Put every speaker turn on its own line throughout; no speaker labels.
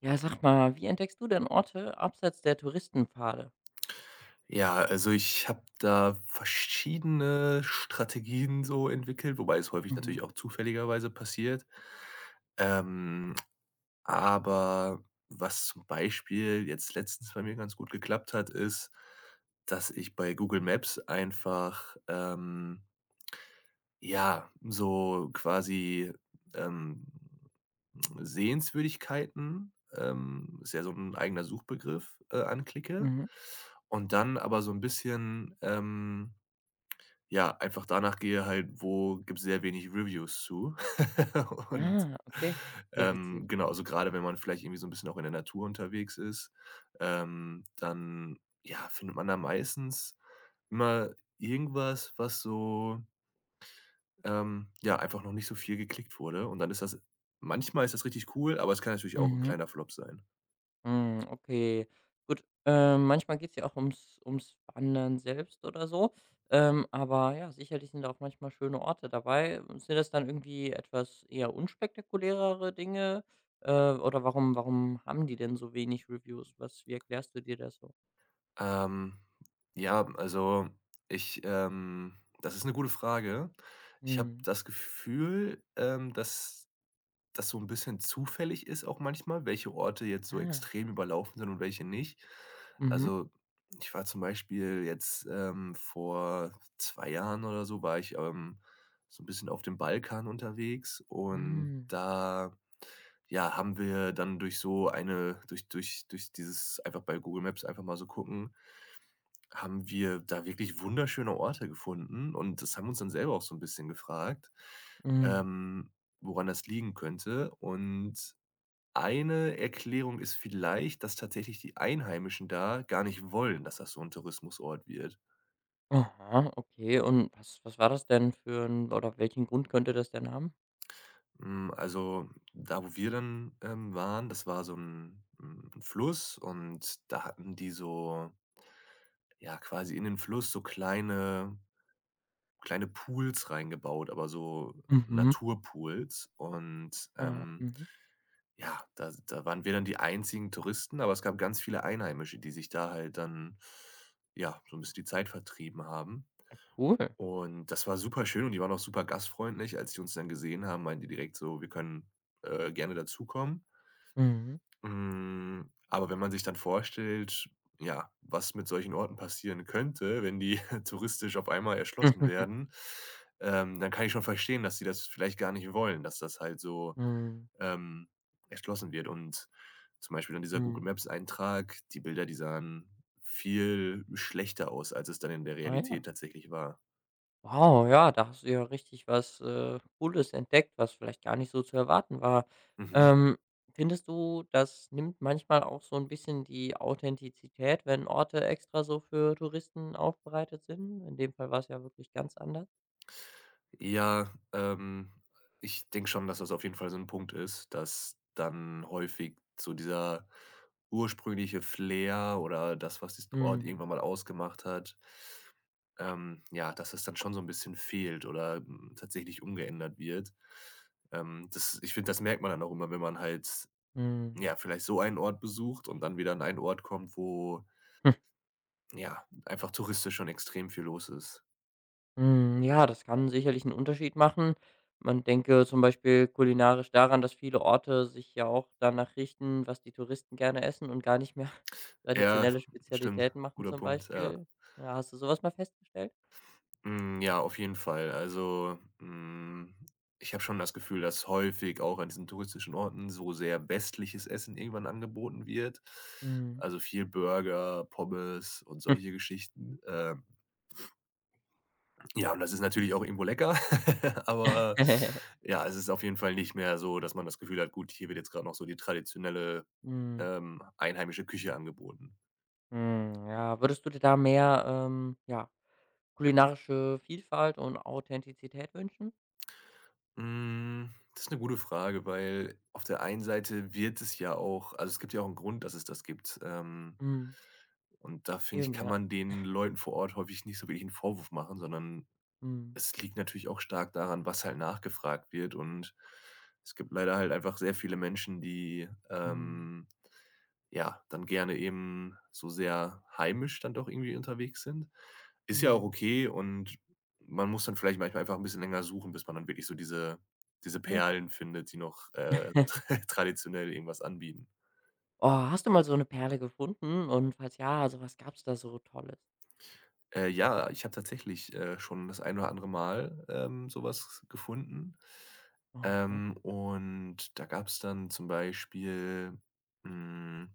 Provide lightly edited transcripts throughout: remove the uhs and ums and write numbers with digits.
Ja, sag mal, wie entdeckst du denn Orte abseits der Touristenpfade?
Ja, also ich habe da verschiedene Strategien so entwickelt, wobei es häufig
Mhm,
natürlich auch zufälligerweise passiert. Ähm, aber was zum Beispiel jetzt letztens bei mir ganz gut geklappt hat, ist, dass ich bei Google Maps einfach, ja, so quasi, ähm Sehenswürdigkeiten, ist ja so ein eigener Suchbegriff, anklicke
mhm.
und dann aber so 'n bisschen, ja, einfach danach gehe halt, wo gibt's sehr wenig Reviews zu. Und,
Ah, okay. Ja, witzig.
genau, also grade wenn man vielleicht irgendwie so 'n bisschen auch in der Natur unterwegs ist, dann, ja, findet man da meistens immer irgendwas, was so, ja, einfach noch nicht so viel geklickt wurde, und dann ist das manchmal ist das richtig cool, aber es kann natürlich auch ein
Mhm.
kleiner Flop sein.
Hm, okay. Gut, manchmal geht's ja auch ums Wandern selbst oder so. Aber ja, sicherlich sind da auch manchmal schöne Orte dabei. Sind das dann irgendwie etwas eher unspektakulärere Dinge? Oder warum haben die denn so wenig Reviews? Was wie erklärst du dir das so?
Ähm, ja, also, das ist eine gute Frage. Ich habe
Mhm.
das Gefühl, dass das so ein bisschen zufällig ist, auch manchmal, welche Orte jetzt so
Ah.
extrem überlaufen sind und welche nicht.
Mhm.
Also, ich war zum Beispiel jetzt, vor 2 Jahren oder so war ich, so ein bisschen auf dem Balkan unterwegs und
Mhm.
da, ja, haben wir dann durch so eine durch durch durch dieses einfach bei Google Maps einfach mal so gucken, haben wir da wirklich wunderschöne Orte gefunden, und das haben uns dann selber auch so ein bisschen gefragt,
Mhm.
ähm, woran das liegen könnte. Und eine Erklärung ist vielleicht, dass tatsächlich die Einheimischen da gar nicht wollen, dass das so ein Tourismusort wird.
Aha, okay. Und was war das denn für 'n oder welchen Grund könnte das denn haben?
Hm, also, da, wo wir dann waren, das war so ein 'n 'n Fluss, und da hatten die so ja, quasi in den Fluss so kleine Pools reingebaut, aber so
Mhm.
Naturpools, und,
Ah,
ähm,
mhm.
ja, da waren wir dann die einzigen Touristen, aber es gab ganz viele Einheimische, die sich da halt dann, ja, so ein bisschen die Zeit vertrieben haben.
Ah, cool.
Und das war super schön und die waren auch super gastfreundlich. Als die uns dann gesehen haben, meinten die direkt so: „Wir können, gerne dazukommen.“
Mhm.
Hm, aber wenn man sich dann vorstellt, ja, was mit solchen Orten passieren könnte, wenn die touristisch auf einmal erschlossen werden, dann kann ich schon verstehen, dass sie das vielleicht gar nicht wollen, dass das halt so,
Mhm.
ähm, erschlossen wird. Und zum Beispiel dann dieser Google
Mhm.
Maps Eintrag, die Bilder, die sahen viel schlechter aus, als es dann in der
Ah ja.
Realität tatsächlich war.
Wow, ja, da hast du ja richtig was, Cooles entdeckt, was vielleicht gar nicht so zu erwarten war.
Mhm.
Ähm, Findest du, das nimmt manchmal auch so ein bisschen die Authentizität, wenn Orte extra so für Touristen aufbereitet sind? In dem Fall war es ja wirklich ganz anders.
Ja, ich denke schon, dass das auf jeden Fall so 'n Punkt ist, dass dann häufig so dieser ursprüngliche Flair oder das, was diesen Ort
Mhm.
irgendwann mal ausgemacht hat, ja, dass es dann schon so 'n bisschen fehlt oder, hm, tatsächlich umgeändert wird. Das ich finde, das merkt man dann auch immer, wenn man halt,
Mhm.
ja, vielleicht so einen Ort besucht und dann wieder an einen Ort kommt, wo, ja, einfach touristisch schon extrem viel los ist.
Hm, ja, das kann sicherlich einen Unterschied machen. Man denke zum Beispiel kulinarisch daran, dass viele Orte sich ja auch danach richten, was die Touristen gerne essen und gar nicht mehr
Ja,
traditionelle
stimmt.
Spezialitäten machen
Guter
zum
Punkt, ja.
Beispiel. Ja, hast du sowas mal festgestellt?
Hm, ja, auf jeden Fall. Also, hm, ich habe schon das Gefühl, dass häufig auch an diesen touristischen Orten so sehr westliches Essen irgendwann angeboten wird.
Mhm.
Also, viel Burger, Pommes und solche Geschichten. Ja, und das ist natürlich auch irgendwo lecker, aber ja, es ist auf jeden Fall nicht mehr so, dass man das Gefühl hat: „Gut, hier wird jetzt gerade noch so die traditionelle,
Mhm,
einheimische Küche angeboten.“
mhm, ja. Würdest du dir da mehr, ja, kulinarische Vielfalt und Authentizität wünschen?
Hm, das ist eine gute Frage, weil auf der einen Seite wird es ja auch also, es gibt ja auch einen Grund, dass es das gibt. Ähm,
Mhm,
und da finde ich,
eben,
kann
ja.
man den Leuten vor Ort häufig nicht so wirklich einen Vorwurf machen, sondern
Mhm,
es liegt natürlich auch stark daran, was halt nachgefragt wird. Und es gibt leider halt einfach sehr viele Menschen, die,
mhm,
ähm ja, dann gerne eben so sehr heimisch dann doch irgendwie unterwegs sind. Ist ja auch
mhm.
okay, und man muss dann vielleicht manchmal einfach ein bisschen länger suchen, bis man dann wirklich so diese
Ah ja.
Perlen findet, die noch, traditionell irgendwas anbieten.
Oh, hast du mal so 'ne Perle gefunden? Und falls ja, also, was gab's da so Tolles?
Ja, ich habe tatsächlich, schon das ein oder andere Mal, so gefunden.
Aha,
Und da gab es dann zum Beispiel, hm,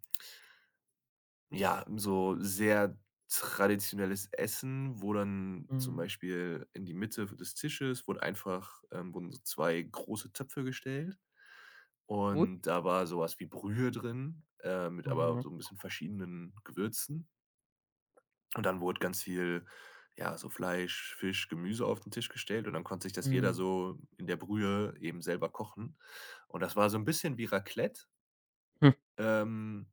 ja, so sehr traditionelles Essen, wo dann zum
mhm.
Beispiel in die Mitte des Tisches wurde einfach, wurden so 2 große Töpfe gestellt,
Ui,
und da war sowas wie Brühe drin, mit aber
mhm,
so ein bisschen verschiedenen Gewürzen, und dann wurde ganz viel, ja, so Fleisch, Fisch, Gemüse auf den Tisch gestellt, und dann konnte sich das jeder
mhm.
so in der Brühe eben selber kochen, und das war so ein bisschen wie Raclette,
Hm.
ähm,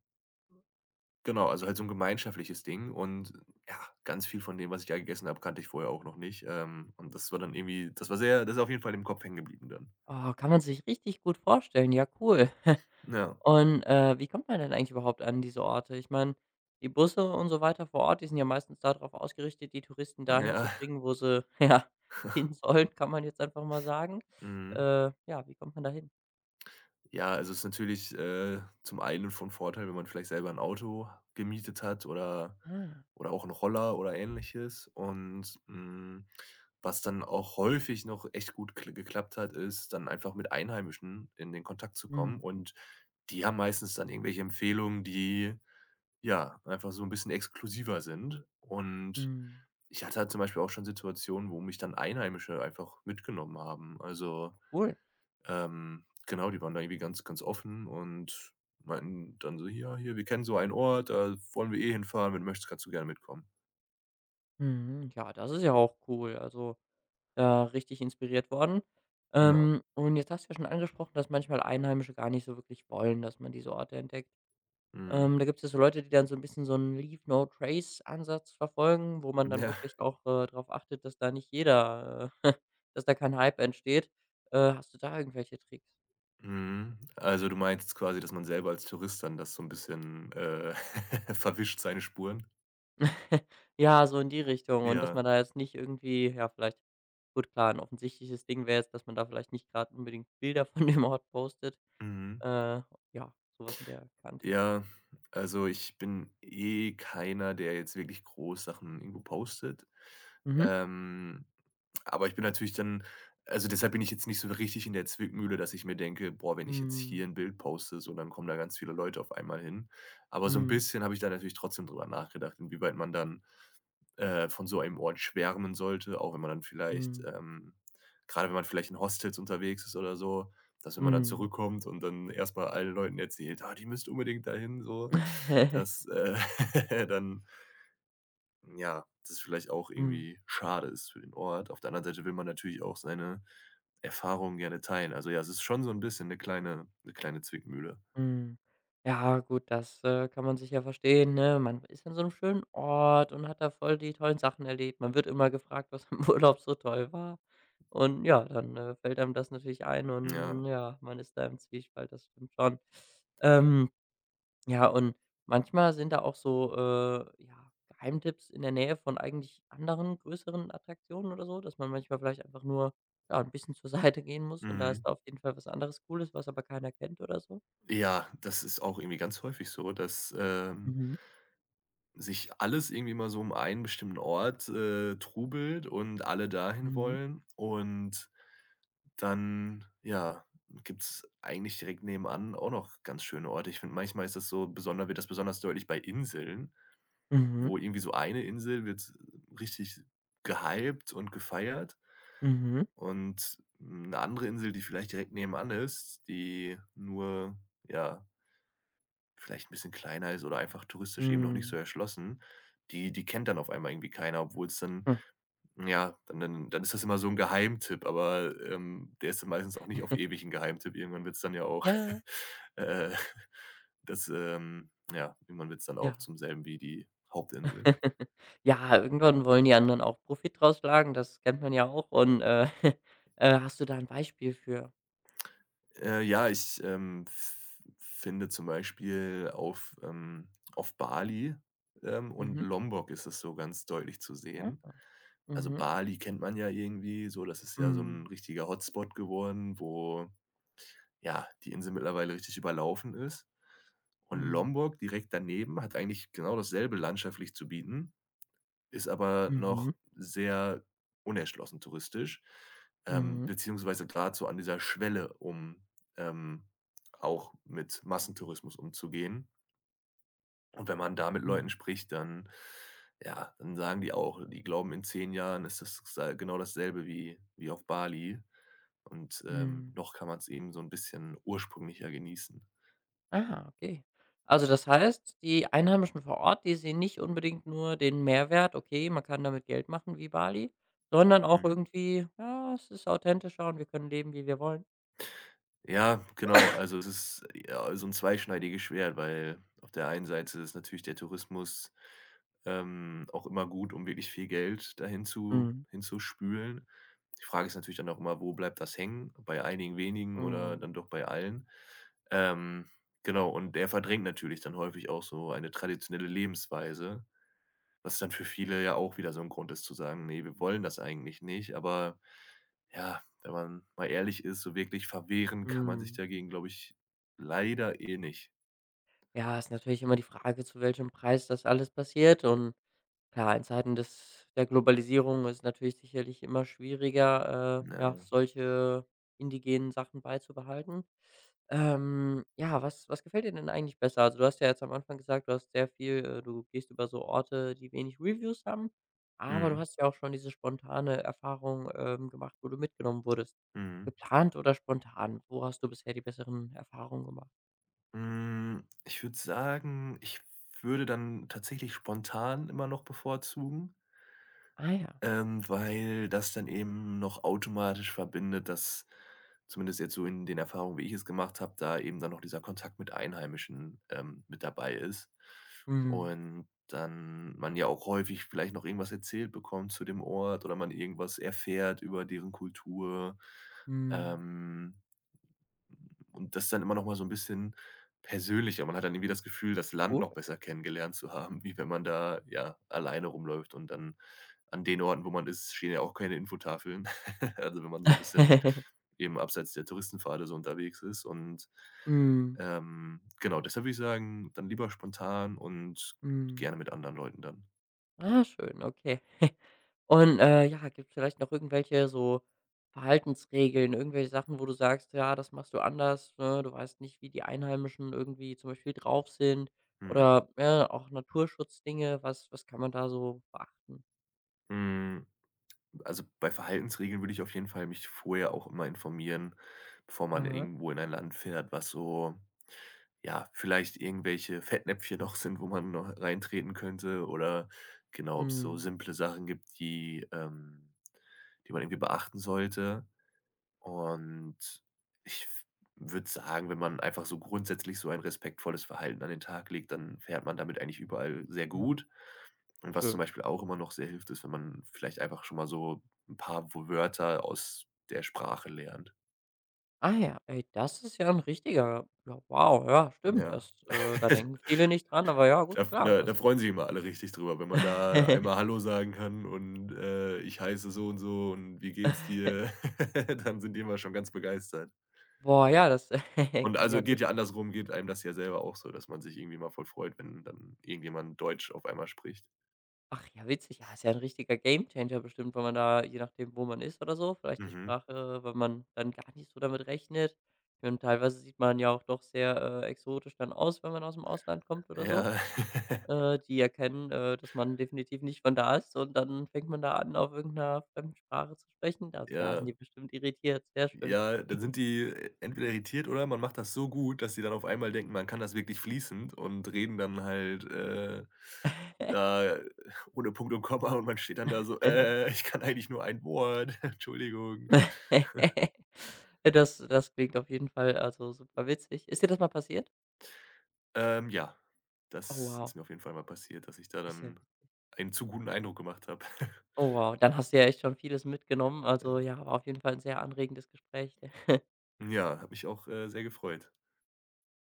genau, also halt so 'n gemeinschaftliches Ding, und ja, ganz viel von dem, was ich da gegessen habe, kannte ich vorher auch noch nicht. Und das war dann irgendwie das war sehr das ist auf jeden Fall im Kopf hängen geblieben dann.
Oh, kann man sich richtig gut vorstellen. Ja, cool.
Ja.
Und, wie kommt man denn eigentlich überhaupt an diese Orte? Ich meine, die Busse und so weiter vor Ort, die sind ja meistens da drauf ausgerichtet, die Touristen dahin zu
Ja.
bringen, wo sie, ja, hin sollen, kann man jetzt einfach mal sagen.
Mhm.
Ja, wie kommt man da hin?
Ja, also ist natürlich, zum einen von Vorteil, wenn man vielleicht selber 'n Auto gemietet hat oder
Ah,
auch 'n Roller oder Ähnliches. Und, hm, was dann auch häufig noch echt gut kl geklappt hat, ist dann einfach mit Einheimischen in den Kontakt zu
mhm,
kommen, und die haben meistens dann irgendwelche Empfehlungen, die ja, einfach so ein bisschen exklusiver sind. Und
mhm.
ich hatte halt zum Beispiel auch schon Situationen, wo mich dann Einheimische einfach mitgenommen haben. Also,
Cool.
genau, die waren da irgendwie ganz, ganz offen und meinten dann so: „Ja, hier, wir kennen so einen Ort, da wollen wir eh hinfahren. Wenn du möchtest, kannst du gerne mitkommen.“
Mhm. Ja, das ist ja auch cool. Also da richtig inspiriert worden.
Ja.
Und jetzt hast du ja schon angesprochen, dass manchmal Einheimische gar nicht so wirklich wollen, dass man diese Orte entdeckt.
Mhm.
Da gibt es ja so Leute, die dann so ein bisschen so einen Leave No Trace-Ansatz verfolgen, wo man dann
Ja.
wirklich auch, drauf achtet, dass da nicht jeder dass da kein Hype entsteht. Hast du da irgendwelche Tricks?
Mhm. Also, du meinst quasi, dass man selber als Tourist dann das so ein bisschen, verwischt, seine Spuren?
Ja, so in die Richtung und dass
Ja.
man da jetzt nicht irgendwie ja, vielleicht gut, klar, 'n offensichtliches Ding wäre jetzt, dass man da vielleicht nicht gerade unbedingt Bilder von dem Ort postet.
Mhm.
Äh, ja, sowas in der Kante.
Ja, also ich bin eh keiner, der jetzt wirklich groß Sachen irgendwo postet.
Mhm.
Ähm, aber ich bin natürlich dann, deshalb bin ich jetzt nicht so richtig in der Zwickmühle, dass ich mir denke: „Boah, wenn ich jetzt hier
Mhm.
ein Bild poste, so, dann kommen da ganz viele Leute auf einmal hin.“ Aber so ein
Mhm.
bisschen habe ich da natürlich trotzdem drüber nachgedacht, inwieweit man dann von so einem Ort schwärmen sollte, auch wenn man dann vielleicht,
Mhm.
grade wenn man vielleicht in Hostels unterwegs ist oder so, dass wenn man dann
Mhm.
zurückkommt und dann erst mal allen Leuten erzählt: „Ah, die müsst unbedingt dahin“, so, dass dann ja, das vielleicht auch
Mhm.
irgendwie schade ist für den Ort. Auf der anderen Seite will man natürlich auch seine Erfahrungen gerne teilen. Also, ja, es ist schon so ein bisschen eine kleine Zwickmühle.
Mhm. Ja, gut, das, kann man sich ja verstehen, ne? Man ist an so einem schönen Ort und hat da voll die tollen Sachen erlebt. Man wird immer gefragt, was im Urlaub so toll war. Und ja, dann, fällt einem das natürlich ein und
Ja.
ja, man ist da im Zwiespalt, das stimmt schon. Ähm Ja, und manchmal sind da auch so, ja, Geheimtipps in der Nähe von eigentlich anderen größeren Attraktionen oder so, dass man manchmal vielleicht einfach nur, ja, ein bisschen zur Seite gehen muss und da ist
Mhm.
auf jeden Fall was anderes Cooles, was aber keiner kennt oder so?
Ja, das ist auch irgendwie ganz häufig so, dass
Mhm,
sich alles irgendwie mal so um einen bestimmten Ort, trubelt und alle dahin
mhm,
wollen. Und dann, ja, gibt's eigentlich direkt nebenan auch noch ganz schöne Orte. Ich finde, manchmal ist das so besonders wird das besonders deutlich bei Inseln,
mhm,
wo irgendwie so eine Insel wird richtig gehypt und gefeiert,
mhm,
und eine andere Insel, die vielleicht direkt nebenan ist, die nur, ja, vielleicht ein bisschen kleiner ist oder einfach touristisch eben noch nicht
hm,
so erschlossen, die kennt dann auf einmal irgendwie keiner, obwohl es dann
hm.
ja, dann ist das immer so ein Geheimtipp, aber, der ist dann meistens auch nicht auf ewig ein Geheimtipp. Irgendwann wird es dann ja auch,
Ja,
äh, ja, irgendwann wird es dann auch
ja.
zum selben wie die Hauptinsel.
Ja, irgendwann wollen die anderen auch Profit draus schlagen, das kennt man ja auch und, hast du da ein Beispiel für?
Ja, ich, f finde zum Beispiel auf Bali, und
Mhm.
Lombok ist es so ganz deutlich zu
Ah.
sehen. Also
Mhm,
Bali kennt man ja irgendwie so, das ist ja so
mhm,
ein richtiger Hotspot geworden, wo, ja, die Insel mittlerweile richtig überlaufen ist. Und
mhm,
Lombok direkt daneben hat eigentlich genau dasselbe landschaftlich zu bieten, ist aber
mhm.
noch sehr unerschlossen touristisch,
Mhm.
beziehungsweise gerade so an dieser Schwelle, um, ähm, auch mit Massentourismus umzugehen. Und wenn man da mit Leuten
Mhm,
spricht, dann ja, dann sagen die auch, die glauben, in 10 Jahren ist das sa genau dasselbe wie auf Bali, und,
mhm.
noch kann man es eben so ein bisschen ursprünglicher genießen.
Ah, okay. Also, das heißt, die Einheimischen vor Ort, die sehen nicht unbedingt nur den Mehrwert, okay, man kann damit Geld machen wie Bali, sondern auch
Mhm.
irgendwie, ja, es ist authentischer und wir können leben, wie wir wollen.
Ja, genau. Also, es ist, ja, so ein zweischneidiges Schwert, weil auf der einen Seite ist natürlich der Tourismus, auch immer gut, um wirklich viel Geld dahin zu
Mhm,
hinzuspülen. Die Frage ist natürlich dann auch immer, wo bleibt das hängen? Bei einigen wenigen oder
mhm,
dann doch bei allen? Ähm, genau, und der verdrängt natürlich dann häufig auch so eine traditionelle Lebensweise, was dann für viele ja auch wieder so ein Grund ist zu sagen: nee, wir wollen das eigentlich nicht“, aber ja, wenn man mal ehrlich ist, so wirklich verwehren kann man sich
mhm.
dagegen, glaube ich, leider eh nicht.
Ja, ist natürlich immer die Frage, zu welchem Preis das alles passiert und klar, in Zeiten des der Globalisierung ist natürlich sicherlich immer schwieriger,
Ja.
ja, solche indigenen Sachen beizubehalten. Ja, was gefällt dir denn eigentlich besser? Also, du hast ja jetzt am Anfang gesagt, du hast sehr viel du gehst über so Orte, die wenig Reviews haben, aber du
Mhm.
hast ja auch schon diese spontane Erfahrung, gemacht, wo du mitgenommen wurdest.
Mhm.
Geplant oder spontan? Wo hast du bisher die besseren Erfahrungen gemacht?
Hm, ich würde sagen, ich würde dann tatsächlich spontan immer noch bevorzugen.
Ah ja.
Weil das dann eben noch automatisch verbindet, dass zumindest jetzt so in den Erfahrungen, wie ich es gemacht habe, da eben dann noch dieser Kontakt mit Einheimischen, mit dabei ist.
Mhm.
Und dann man ja auch häufig vielleicht noch irgendwas erzählt bekommt zu dem Ort oder man irgendwas erfährt über deren Kultur.
Mhm.
Ähm, und das ist dann immer noch mal so ein bisschen persönlicher. Man hat dann irgendwie das Gefühl, das Land
Gut.
noch besser kennengelernt zu haben, wie wenn man da, ja, alleine rumläuft, und dann an den Orten, wo man ist, stehen ja auch keine Infotafeln. Also, wenn man so ein bisschen eben abseits der Touristenpfade so unterwegs ist und,
Mhm.
genau, deshalb würde ich sagen, dann lieber spontan und
Mhm.
gerne mit anderen Leuten dann.
Ah, schön, okay. Und, ja, gibt es vielleicht noch irgendwelche so Verhaltensregeln, irgendwelche Sachen, wo du sagst: „Ja, das machst du anders“, ne? Du weißt nicht, wie die Einheimischen irgendwie zum Beispiel drauf sind
Mhm.
oder, ja, auch Naturschutzdinge. Was kann man da so beachten?
Hm, Mm, also, bei Verhaltensregeln würde ich auf jeden Fall mich vorher auch immer informieren, bevor man
Mhm.
irgendwo in ein Land fährt, was so ja, vielleicht irgendwelche Fettnäpfchen noch sind, wo man noch reintreten könnte oder genau, ob es so
Mhm,
simple Sachen gibt, die, die man irgendwie beachten sollte. Und ich würde sagen, wenn man einfach so grundsätzlich so ein respektvolles Verhalten an den Tag legt, dann fährt man damit eigentlich überall sehr
mhm,
gut. Und was zum
schön.
Beispiel auch immer noch sehr hilft, ist, wenn man vielleicht einfach schon mal so ein paar W Wörter aus der Sprache lernt.
Ah ja, ey, das ist ja ein richtiger ja, wow, ja, stimmt.
Ja.
Das, da denken viele nicht dran, aber ja, gut,
Da
klar,
da da
das
freuen sich immer alle richtig drüber, wenn man da einmal hallo sagen kann und, „Ich heiße so und so und wie geht's dir?“ Dann sind die immer schon ganz begeistert.
Boah, ja, das
Und
kann ja
also,
'n
geht ja andersrum geht einem das ja selber auch so, dass man sich irgendwie mal voll freut, wenn dann irgendjemand Deutsch auf einmal spricht.
Ach ja, witzig. Ja, ist ja ein richtiger Gamechanger bestimmt, wenn man da je nachdem, wo man ist oder so, vielleicht die
Mhm.
Sprache, weil man dann gar nicht so damit rechnet. Und teilweise sieht man ja auch doch sehr, exotisch dann aus, wenn man aus dem Ausland kommt oder so.
Ja.
Die erkennen, dass man definitiv nicht von da ist und dann fängt man da an, auf irgendeiner 'ner fremden Sprache zu sprechen. Also, da sind
Ja.
die bestimmt irritiert. Sehr schön.
Ja, dann sind die entweder irritiert oder man macht das so gut, dass sie dann auf einmal denken, man kann das wirklich fließend und reden dann halt, da ohne Punkt und Komma, und man steht dann da so: ich kann eigentlich nur ein Wort, Entschuldigung.“
Das das klingt auf jeden Fall, also, super witzig. Ist dir das mal passiert?
Ja,
Oh
das
wow,
ist mir auf jeden Fall mal passiert, dass ich da
ist ja
dann einen zu guten Eindruck gemacht habe.
Oh wow, dann hast du ja echt schon vieles mitgenommen. Also
Ja.
ja, war auf jeden Fall ein sehr anregendes Gespräch.
Ja, hat mich auch, sehr gefreut.